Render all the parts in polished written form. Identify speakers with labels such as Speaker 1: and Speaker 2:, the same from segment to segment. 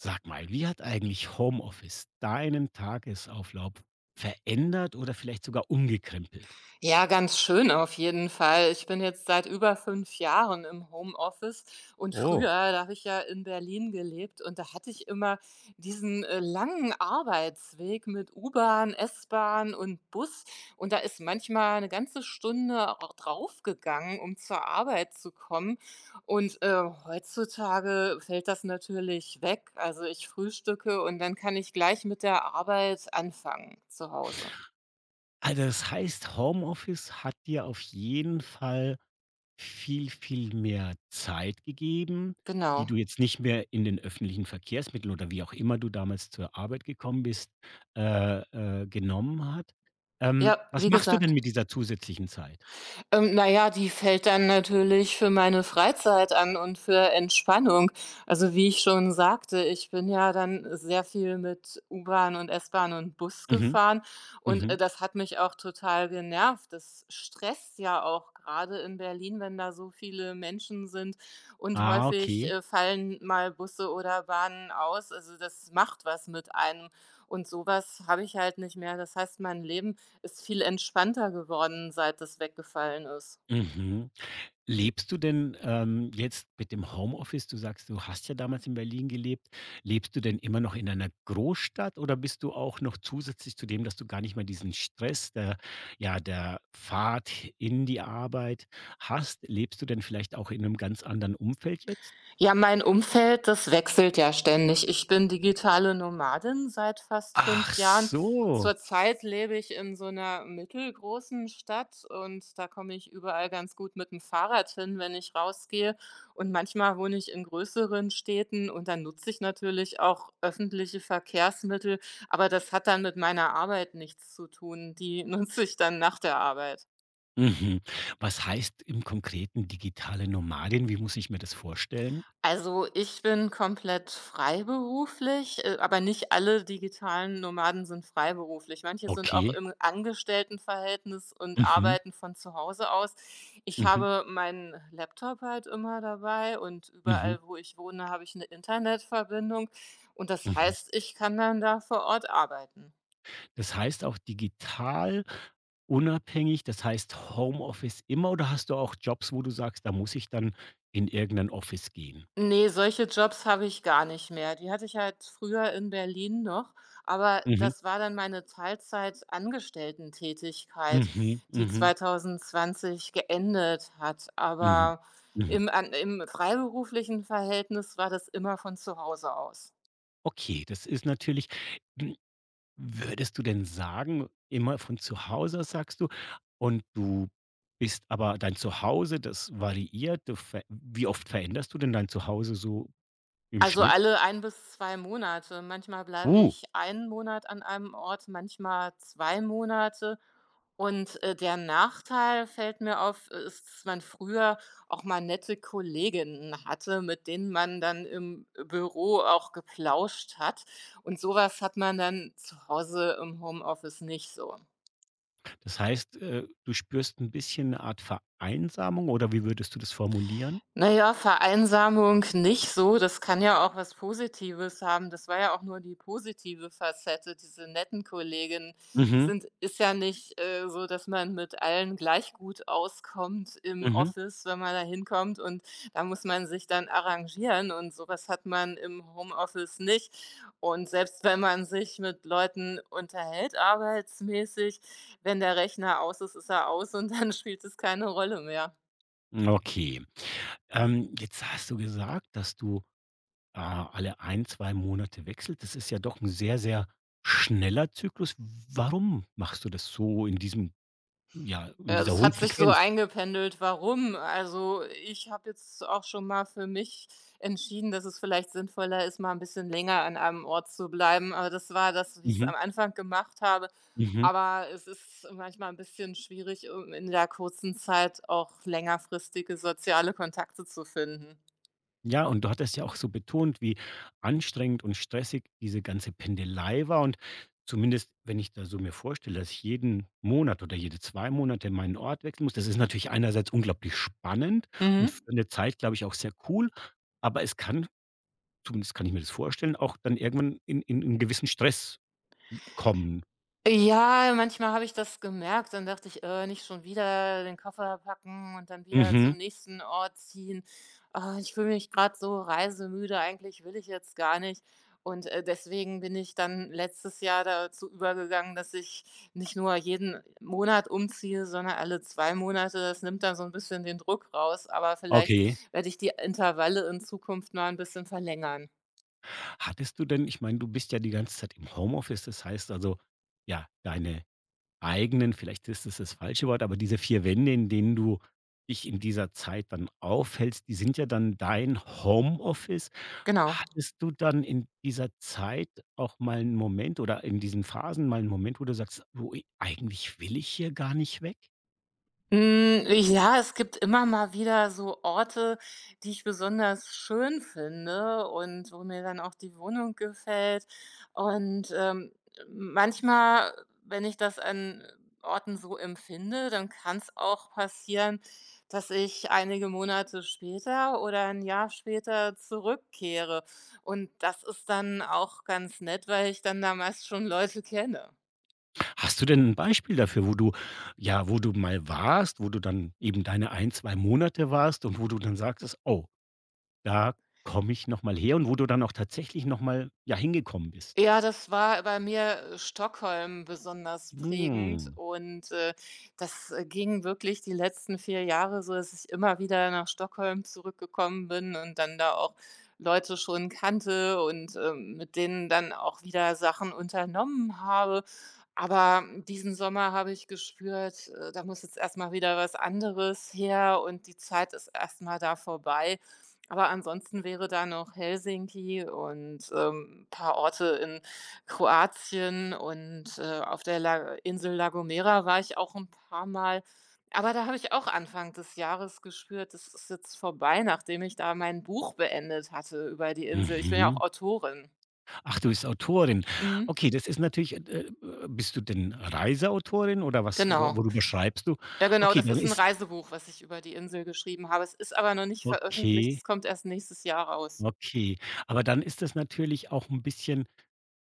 Speaker 1: Sag mal, wie hat eigentlich Homeoffice deinen Tagesauflauf verändert oder vielleicht sogar umgekrempelt?
Speaker 2: Ja, ganz schön auf jeden Fall. Ich bin jetzt seit über 5 Jahren im Homeoffice und früher,
Speaker 1: Oh.
Speaker 2: da habe ich ja in Berlin gelebt und da hatte ich immer diesen, langen Arbeitsweg mit U-Bahn, S-Bahn und Bus und da ist manchmal eine ganze Stunde auch draufgegangen, um zur Arbeit zu kommen und heutzutage fällt das natürlich weg. Also, ich frühstücke und dann kann ich gleich mit der Arbeit anfangen zu Hause.
Speaker 1: Also, das heißt, Homeoffice hat dir auf jeden Fall viel mehr Zeit gegeben, die
Speaker 2: Genau.
Speaker 1: du jetzt nicht mehr in den öffentlichen Verkehrsmitteln oder wie auch immer du damals zur Arbeit gekommen bist, äh, genommen hat.
Speaker 2: Ja,
Speaker 1: Was
Speaker 2: wie
Speaker 1: machst du denn
Speaker 2: gesagt.
Speaker 1: mit dieser zusätzlichen Zeit?
Speaker 2: Na ja, die fällt dann natürlich für meine Freizeit an und für Entspannung. Also, wie ich schon sagte, ich bin ja dann sehr viel mit U-Bahn und S-Bahn und Bus
Speaker 1: Mhm,
Speaker 2: gefahren und
Speaker 1: mhm.
Speaker 2: das hat mich auch total genervt. Das stresst ja auch gerade in Berlin, wenn da so viele Menschen sind und
Speaker 1: Ah,
Speaker 2: häufig,
Speaker 1: okay.
Speaker 2: äh, fallen mal Busse oder Bahnen aus. Also, das macht was mit einem und sowas habe ich halt nicht mehr. Das heißt, mein Leben ist viel entspannter geworden, seit das weggefallen ist.
Speaker 1: Mhm. Lebst du denn, jetzt mit dem Homeoffice, du sagst, du hast ja damals in Berlin gelebt. Lebst du denn immer noch in einer Großstadt oder bist du auch noch zusätzlich zu dem, dass du gar nicht mehr diesen Stress der, ja, der Fahrt in die Arbeit hast, lebst du denn vielleicht auch in einem ganz anderen Umfeld jetzt?
Speaker 2: Ja, mein Umfeld, das wechselt ja ständig. Ich bin digitale Nomadin seit fast 5
Speaker 1: Ach
Speaker 2: Jahren.
Speaker 1: so.
Speaker 2: Zurzeit lebe ich in so einer mittelgroßen Stadt und da komme ich überall ganz gut mit dem Fahrrad hin, wenn ich rausgehe. Und manchmal wohne ich in größeren Städten und dann nutze ich natürlich auch öffentliche Verkehrsmittel, aber das hat dann mit meiner Arbeit nichts zu tun. Die nutze ich dann nach der Arbeit.
Speaker 1: Mhm. Was heißt im Konkreten digitale Nomadin? Wie muss ich mir das vorstellen?
Speaker 2: Also, ich bin komplett freiberuflich, aber nicht alle digitalen Nomaden sind freiberuflich. Manche sind auch
Speaker 1: Okay.
Speaker 2: im Angestelltenverhältnis und
Speaker 1: Mhm.
Speaker 2: arbeiten von zu Hause aus. Ich
Speaker 1: Mhm.
Speaker 2: habe meinen Laptop halt immer dabei und
Speaker 1: Mhm. Mhm.
Speaker 2: überall, wo ich wohne, habe ich eine Internetverbindung und das
Speaker 1: Mhm.
Speaker 2: heißt, ich kann dann da vor Ort arbeiten.
Speaker 1: Das heißt auch digital unabhängig, das heißt Homeoffice immer, oder hast du auch Jobs, wo du sagst, da muss ich dann in irgendein Office gehen?
Speaker 2: Nee, solche Jobs habe ich gar nicht mehr. Die hatte ich halt früher in Berlin noch, aber
Speaker 1: Mhm.
Speaker 2: das war dann meine Teilzeitangestellten-Tätigkeit,
Speaker 1: Mhm.
Speaker 2: die
Speaker 1: Mhm.
Speaker 2: 2020 geendet hat.
Speaker 1: Mhm.
Speaker 2: Aber
Speaker 1: Mhm.
Speaker 2: im freiberuflichen Verhältnis war das immer von zu Hause aus.
Speaker 1: Okay, das ist natürlich, hm, würdest du denn sagen, immer von zu Hause aus sagst du, und du bist, aber dein Zuhause, das variiert, du ver, wie oft veränderst du denn dein Zuhause so im
Speaker 2: Also
Speaker 1: Schnitt?
Speaker 2: alle ein bis 2 Monate. Manchmal bleibe
Speaker 1: Uh.
Speaker 2: ich 1 Monat an einem Ort, manchmal 2 Monate. Und der Nachteil fällt mir auf, ist, dass man früher auch mal nette Kolleginnen hatte, mit denen man dann im Büro auch geplauscht hat. Und sowas hat man dann zu Hause im Homeoffice nicht so.
Speaker 1: Das heißt, du spürst ein bisschen eine Art Vereinsamung, oder wie würdest du das formulieren?
Speaker 2: Na ja, Vereinsamung nicht so. Das kann ja auch was Positives haben. Das war ja auch nur die positive Facette. Diese netten Kolleginnen
Speaker 1: Mhm,
Speaker 2: sind ist ja nicht so, dass man mit allen gleich gut auskommt im
Speaker 1: mhm.
Speaker 2: Office, wenn man da hinkommt und da muss man sich dann arrangieren und sowas hat man im Homeoffice nicht. Und selbst wenn man sich mit Leuten unterhält arbeitsmäßig, wenn der Rechner aus ist, ist er aus und dann spielt es keine Rolle mehr.
Speaker 1: Okay. Jetzt hast du gesagt, dass du, alle ein, 2 Monate wechselst. Das ist ja doch ein sehr schneller Zyklus. Warum machst du das so in diesem, ja, in
Speaker 2: Ja,
Speaker 1: dieser
Speaker 2: das
Speaker 1: hohen
Speaker 2: hat sich so
Speaker 1: Frequenz?
Speaker 2: eingependelt. Warum? Also, ich habe jetzt auch schon mal für mich entschieden, dass es vielleicht sinnvoller ist, mal ein bisschen länger an einem Ort zu bleiben, aber das war das, wie ich es
Speaker 1: Mhm,
Speaker 2: am Anfang gemacht habe.
Speaker 1: mhm.
Speaker 2: Aber es ist manchmal ein bisschen schwierig, um in der kurzen Zeit auch längerfristige soziale Kontakte zu finden.
Speaker 1: Ja, und du hattest ja auch so betont, wie anstrengend und stressig diese ganze Pendelei war. Und zumindest, wenn ich da so mir vorstelle, dass ich jeden Monat oder jede zwei Monate meinen Ort wechseln muss, das ist natürlich einerseits unglaublich spannend und
Speaker 2: Mhm.
Speaker 1: für eine Zeit, glaube ich, auch sehr cool. Aber es kann, zumindest kann ich mir das vorstellen, auch dann irgendwann in einen gewissen Stress kommen.
Speaker 2: Ja, manchmal habe ich das gemerkt, dann dachte ich: nicht schon wieder den Koffer packen und dann wieder
Speaker 1: Mhm.
Speaker 2: zum nächsten Ort ziehen. Ah, ich fühle mich gerade so reisemüde, eigentlich will ich jetzt gar nicht.“ Und deswegen bin ich dann letztes Jahr dazu übergegangen, dass ich nicht nur jeden Monat umziehe, sondern alle 2 Monate. Das nimmt dann so ein bisschen den Druck raus, aber vielleicht
Speaker 1: Okay.
Speaker 2: werde ich die Intervalle in Zukunft mal ein bisschen verlängern.
Speaker 1: Hattest du denn, ich meine, du bist ja die ganze Zeit im Homeoffice, das heißt also, ja, deine eigenen, vielleicht ist es das falsche Wort, aber diese 4 Wände, in denen du dich in dieser Zeit dann aufhältst, die sind ja dann dein Homeoffice.
Speaker 2: Genau.
Speaker 1: Hattest du dann in dieser Zeit auch mal einen Moment oder in diesen Phasen mal einen Moment, wo du sagst: wo e eigentlich will ich hier gar nicht weg?“
Speaker 2: Hm, ja, es gibt immer mal wieder so Orte, die ich besonders schön finde und wo mir dann auch die Wohnung gefällt. Und, manchmal, wenn ich das an Orten so empfinde, dann kann es auch passieren, dass ich einige Monate später oder ein Jahr später zurückkehre. Und das ist dann auch ganz nett, weil ich dann da meist schon Leute kenne.
Speaker 1: Hast du denn ein Beispiel dafür, wo du, ja, wo du mal warst, wo du dann eben deine ein, 2 Monate warst und wo du dann sagtest: „Oh, da komme ich noch mal her“, und wo du dann auch tatsächlich noch mal, ja, hingekommen bist?
Speaker 2: Ja, das war bei mir Stockholm besonders prägend
Speaker 1: Hm.
Speaker 2: und das ging wirklich die letzten 4 Jahre so, dass ich immer wieder nach Stockholm zurückgekommen bin und dann da auch Leute schon kannte und, mit denen dann auch wieder Sachen unternommen habe. Aber diesen Sommer habe ich gespürt, da muss jetzt erst mal wieder was anderes her und die Zeit ist erst mal da vorbei. Aber ansonsten wäre da noch Helsinki und, ein paar Orte in Kroatien und auf der La Gomera war ich auch ein paar Mal. Aber da habe ich auch Anfang des Jahres gespürt, das ist jetzt vorbei, nachdem ich da mein Buch beendet hatte über die Insel. Ich bin ja auch
Speaker 1: Mhm.
Speaker 2: Autorin.
Speaker 1: Ach, du bist Autorin.
Speaker 2: Mhm.
Speaker 1: Okay, das ist natürlich, bist du denn Reiseautorin oder was, wo,
Speaker 2: Genau.
Speaker 1: worüber schreibst du?
Speaker 2: Ja, genau,
Speaker 1: Okay,
Speaker 2: das
Speaker 1: dann
Speaker 2: ist ein
Speaker 1: ist,
Speaker 2: Reisebuch, was ich über die Insel geschrieben habe. Es ist aber noch nicht veröffentlicht,
Speaker 1: okay,
Speaker 2: es kommt erst nächstes Jahr raus.
Speaker 1: okay. Aber dann ist das natürlich auch ein bisschen,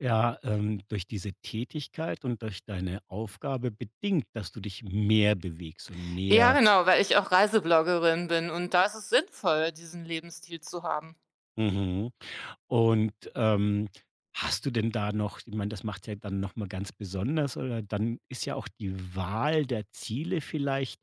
Speaker 1: ja, durch diese Tätigkeit und durch deine Aufgabe bedingt, dass du dich mehr bewegst und
Speaker 2: Ja,
Speaker 1: mehr
Speaker 2: genau, weil ich auch Reisebloggerin bin und da ist es sinnvoll, diesen Lebensstil zu haben.
Speaker 1: mhm. Und, hast du denn da noch, ich meine, das macht ja dann noch mal ganz besonders, oder dann ist ja auch die Wahl der Ziele vielleicht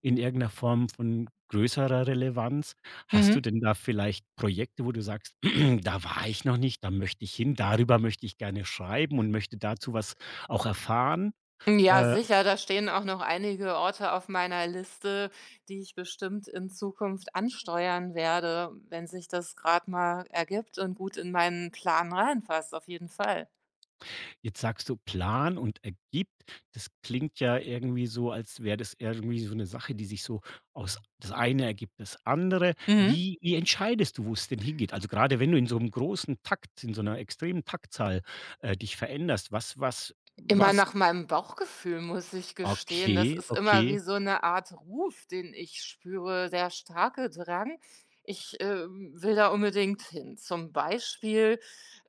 Speaker 1: in irgendeiner Form von größerer Relevanz. Hast du
Speaker 2: Mhm.
Speaker 1: denn da vielleicht Projekte, wo du sagst: „Da war ich noch nicht, da möchte ich hin, darüber möchte ich gerne schreiben und möchte dazu was auch erfahren?“
Speaker 2: Ja,
Speaker 1: Äh
Speaker 2: sicher, da stehen auch noch einige Orte auf meiner Liste, die ich bestimmt in Zukunft ansteuern werde, wenn sich das gerade mal ergibt und gut in meinen Plan reinpasst, auf jeden Fall.
Speaker 1: Jetzt sagst du Plan und ergibt. Das klingt ja irgendwie so, als wäre das irgendwie so eine Sache, die sich so aus, das eine ergibt das andere.
Speaker 2: Mhm.
Speaker 1: Wie entscheidest du, wo es denn hingeht? Also, gerade wenn du in so einem großen Takt, in so einer extremen Taktzahl, dich veränderst, was was
Speaker 2: Immer
Speaker 1: was
Speaker 2: nach meinem Bauchgefühl, muss ich gestehen. Das
Speaker 1: okay,
Speaker 2: ist immer
Speaker 1: okay.
Speaker 2: wie so eine Art Ruf, den ich spüre, der starke Drang. Ich, will da unbedingt hin. Zum Beispiel,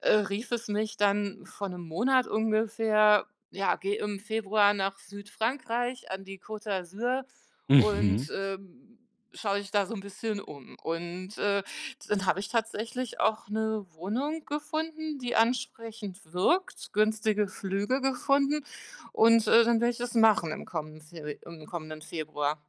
Speaker 2: rief es mich dann vor einem Monat ungefähr: „Ja, geh im Februar nach Südfrankreich an die Côte d'Azur
Speaker 1: Mhm.
Speaker 2: und, schau dich da so ein bisschen um.“ Und, dann habe ich tatsächlich auch eine Wohnung gefunden, die ansprechend wirkt, günstige Flüge gefunden und dann werde ich das machen im kommenden Februar.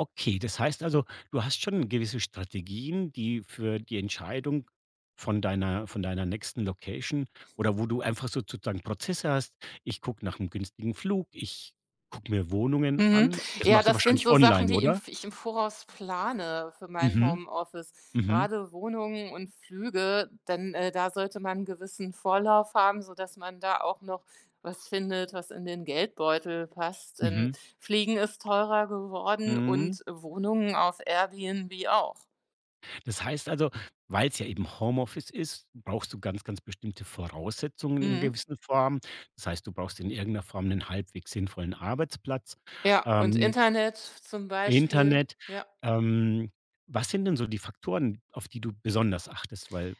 Speaker 1: Okay, das heißt also, du hast schon gewisse Strategien, die für die Entscheidung von deiner nächsten Location, oder wo du einfach so sozusagen Prozesse hast. Ich gucke nach einem günstigen Flug, ich gucke mir Wohnungen
Speaker 2: Mhm.
Speaker 1: an. Das
Speaker 2: Ja,
Speaker 1: machst du
Speaker 2: das sind
Speaker 1: wahrscheinlich
Speaker 2: so Sachen,
Speaker 1: online,
Speaker 2: die im
Speaker 1: oder?
Speaker 2: ich im Voraus plane für mein
Speaker 1: Mhm,
Speaker 2: Homeoffice.
Speaker 1: mhm,
Speaker 2: Gerade Wohnungen und Flüge, denn da sollte man einen gewissen Vorlauf haben, sodass man da auch noch was findet, was in den Geldbeutel passt, denn
Speaker 1: mhm,
Speaker 2: Fliegen ist teurer geworden
Speaker 1: mhm.
Speaker 2: und Wohnungen auf Airbnb auch.
Speaker 1: Das heißt also, weil es ja eben Homeoffice ist, brauchst du ganz bestimmte Voraussetzungen in
Speaker 2: Mhm.
Speaker 1: gewissen Form. Das heißt, du brauchst in irgendeiner Form einen halbwegs sinnvollen Arbeitsplatz.
Speaker 2: Ja, und
Speaker 1: Ähm
Speaker 2: Internet zum Beispiel,
Speaker 1: Internet.
Speaker 2: ja.
Speaker 1: Ähm, was sind denn so die Faktoren, auf die du besonders achtest? Weil,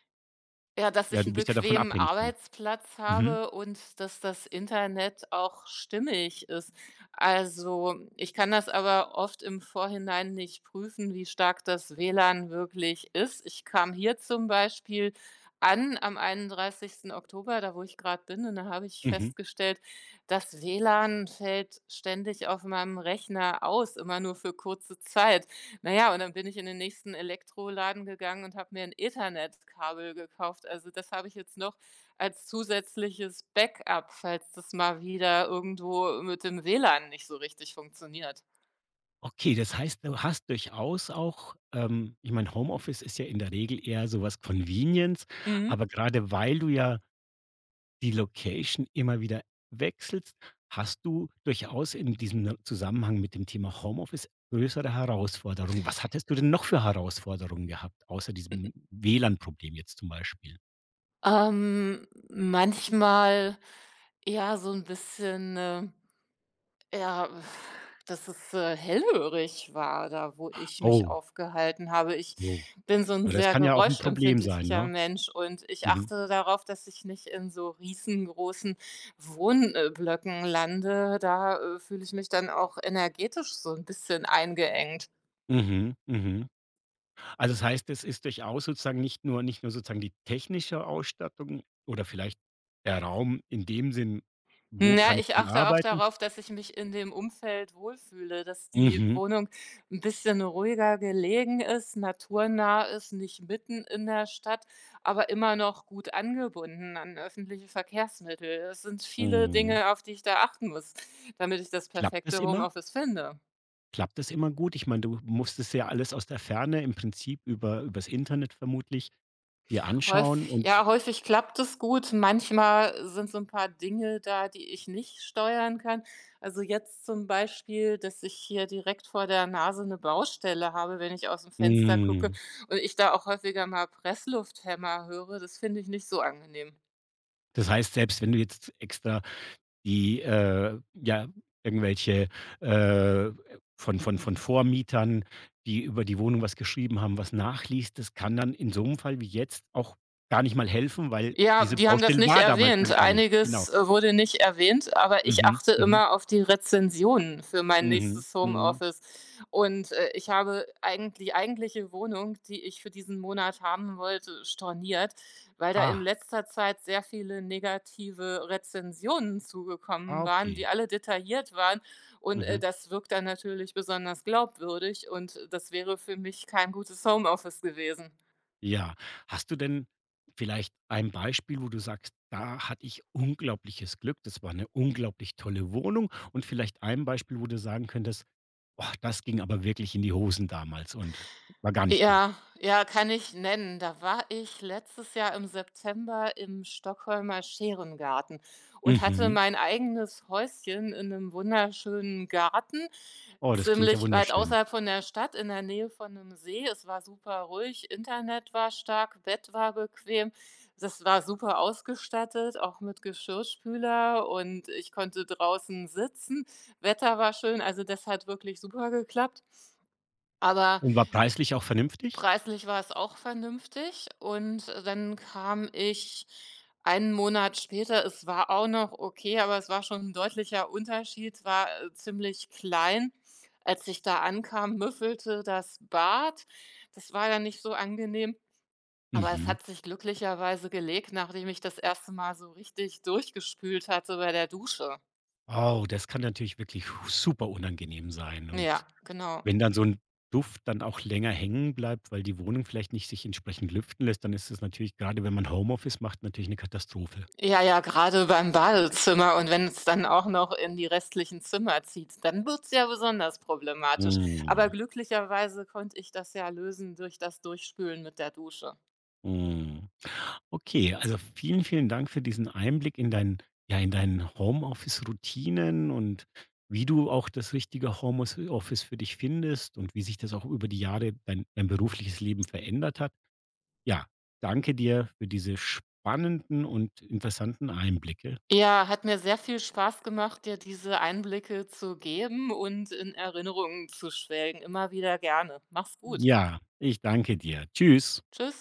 Speaker 2: Ja, dass
Speaker 1: ja,
Speaker 2: ich einen
Speaker 1: du bist ja davon
Speaker 2: bequemen
Speaker 1: abhängig dann.
Speaker 2: Arbeitsplatz
Speaker 1: Mhm,
Speaker 2: habe und dass das Internet auch stimmig ist. Also, ich kann das aber oft im Vorhinein nicht prüfen, wie stark das WLAN wirklich ist. Ich kam hier zum Beispiel an am 31. Oktober, da wo ich gerade bin, und da habe ich
Speaker 1: mhm.
Speaker 2: festgestellt, das WLAN fällt ständig auf meinem Rechner aus, immer nur für kurze Zeit. Na ja, und dann bin ich in den nächsten Elektroladen gegangen und habe mir ein Ethernet-Kabel gekauft. Also, das habe ich jetzt noch als zusätzliches Backup, falls das mal wieder irgendwo mit dem WLAN nicht so richtig funktioniert.
Speaker 1: Okay, das heißt, du hast durchaus auch, ich meine, Homeoffice ist ja in der Regel eher sowas was Convenience, aber
Speaker 2: Mhm.
Speaker 1: gerade weil du ja die Location immer wieder wechselst, hast du durchaus in diesem Zusammenhang mit dem Thema Homeoffice größere Herausforderungen. Was hattest du denn noch für Herausforderungen gehabt, außer diesem WLAN-Problem jetzt zum Beispiel?
Speaker 2: Manchmal ja so ein bisschen, Ja, dass es hellhörig war da, wo ich mich
Speaker 1: Oh.
Speaker 2: aufgehalten habe. Ich
Speaker 1: So,
Speaker 2: bin so ein
Speaker 1: weil das
Speaker 2: sehr
Speaker 1: kann ja auch 'n Problem sein,
Speaker 2: geräuschempfindlicher
Speaker 1: ne?
Speaker 2: Mensch und ich
Speaker 1: Mhm.
Speaker 2: achte darauf, dass ich nicht in so riesengroßen Wohnblöcken lande. Da, fühle ich mich dann auch energetisch so ein bisschen eingeengt.
Speaker 1: Mhm, mhm. Also, das heißt, es ist durchaus sozusagen nicht nur sozusagen die technische Ausstattung oder vielleicht der Raum in dem Sinn, wo
Speaker 2: Ja,
Speaker 1: kann ich
Speaker 2: ich
Speaker 1: denn
Speaker 2: achte auch
Speaker 1: arbeiten?
Speaker 2: darauf, dass ich mich in dem Umfeld wohlfühle, dass die
Speaker 1: Mhm,
Speaker 2: Wohnung ein bisschen ruhiger gelegen ist, naturnah ist, nicht mitten in der Stadt, aber immer noch gut angebunden an öffentliche Verkehrsmittel. Es sind viele
Speaker 1: mhm.
Speaker 2: Dinge, auf die ich da achten muss, damit ich das
Speaker 1: Klappt das
Speaker 2: perfekte
Speaker 1: immer?
Speaker 2: Homeoffice finde.
Speaker 1: Klappt das immer gut? Ich meine, du musstest ja alles aus der Ferne im Prinzip über übers Internet vermutlich dir anschauen
Speaker 2: Häufig
Speaker 1: und
Speaker 2: ja, häufig klappt es gut. Manchmal sind so ein paar Dinge da, die ich nicht steuern kann. Also, jetzt zum Beispiel, dass ich hier direkt vor der Nase eine Baustelle habe, wenn ich aus dem Fenster gucke
Speaker 1: mhm.
Speaker 2: und ich da auch häufiger mal pressluft höre. Das finde ich nicht so angenehm.
Speaker 1: Das heißt, selbst wenn du jetzt extra die, ja, irgendwelche, äh, von Vormietern, die über die Wohnung was geschrieben haben, was nachliest, das kann dann in so einem Fall wie jetzt auch gar nicht mal helfen, weil
Speaker 2: Ja,
Speaker 1: diese
Speaker 2: die haben das
Speaker 1: Baustelle
Speaker 2: nicht
Speaker 1: war damals
Speaker 2: erwähnt.
Speaker 1: dann gar nicht.
Speaker 2: Einiges,
Speaker 1: Genau.
Speaker 2: äh, wurde nicht erwähnt, aber ich
Speaker 1: Mhm,
Speaker 2: achte
Speaker 1: mhm,
Speaker 2: immer auf die Rezensionen für mein
Speaker 1: mhm,
Speaker 2: nächstes
Speaker 1: mhm.
Speaker 2: Homeoffice. Und ich habe eigentlich die eigentliche Wohnung, die ich für diesen Monat haben wollte, storniert, weil da in
Speaker 1: Ah,
Speaker 2: letzter Zeit sehr viele negative Rezensionen zugekommen
Speaker 1: ah,
Speaker 2: waren, die
Speaker 1: okay.
Speaker 2: alle detailliert waren. Und
Speaker 1: Mhm.
Speaker 2: das wirkt dann natürlich besonders glaubwürdig und das wäre für mich kein gutes Homeoffice gewesen.
Speaker 1: Ja. Hast du denn vielleicht ein Beispiel, wo du sagst: „Da hatte ich unglaubliches Glück, das war eine unglaublich tolle Wohnung“, und vielleicht ein Beispiel, wo du sagen könntest: „Oh, das ging aber wirklich in die Hosen damals und war gar nicht gut?“
Speaker 2: Ja, ja, kann ich nennen. Da war ich letztes Jahr im September im Stockholmer Scherengarten und hatte
Speaker 1: Mhm.
Speaker 2: mein eigenes Häuschen in einem wunderschönen Garten,
Speaker 1: Oh, das klingt ja
Speaker 2: ziemlich weit
Speaker 1: wunderschön.
Speaker 2: außerhalb von der Stadt, in der Nähe von einem See. Es war super ruhig, Internet war stark, Bett war bequem. Das war super ausgestattet, auch mit Geschirrspüler und ich konnte draußen sitzen. Wetter war schön, also das hat wirklich super geklappt. Aber
Speaker 1: Und war preislich auch vernünftig?
Speaker 2: preislich war es auch vernünftig und dann kam ich einen Monat später es war auch noch okay, aber es war schon 'n deutlicher Unterschied, war ziemlich klein. Als ich da ankam, müffelte das Bad. Das war dann nicht so angenehm, aber es
Speaker 1: Mhm.
Speaker 2: hat sich glücklicherweise gelegt, nachdem ich das erste Mal so richtig durchgespült hatte bei der Dusche.
Speaker 1: Oh, das kann natürlich wirklich super unangenehm sein. Und
Speaker 2: Ja, genau.
Speaker 1: wenn dann so ein Duft dann auch länger hängen bleibt, weil die Wohnung vielleicht nicht sich entsprechend lüften lässt, dann ist es natürlich gerade, wenn man Homeoffice macht, natürlich eine Katastrophe.
Speaker 2: Ja, ja, gerade beim Badezimmer und wenn es dann auch noch in die restlichen Zimmer zieht, dann wird's ja besonders problematisch. Aber
Speaker 1: Mhm,
Speaker 2: glücklicherweise konnte ich das ja lösen durch das Durchspülen mit der Dusche.
Speaker 1: mhm. Okay, also vielen Dank für diesen Einblick in deinen, ja, in deinen Homeoffice-Routinen und wie du auch das richtige Homeoffice für dich findest und wie sich das auch über die Jahre dein berufliches Leben verändert hat. Ja, danke dir für diese spannenden und interessanten Einblicke.
Speaker 2: Ja, hat mir sehr viel Spaß gemacht, dir diese Einblicke zu geben und in Erinnerungen zu schwelgen. Immer wieder gerne. Mach's gut.
Speaker 1: Ja, ich danke dir. Tschüss.
Speaker 2: Tschüss.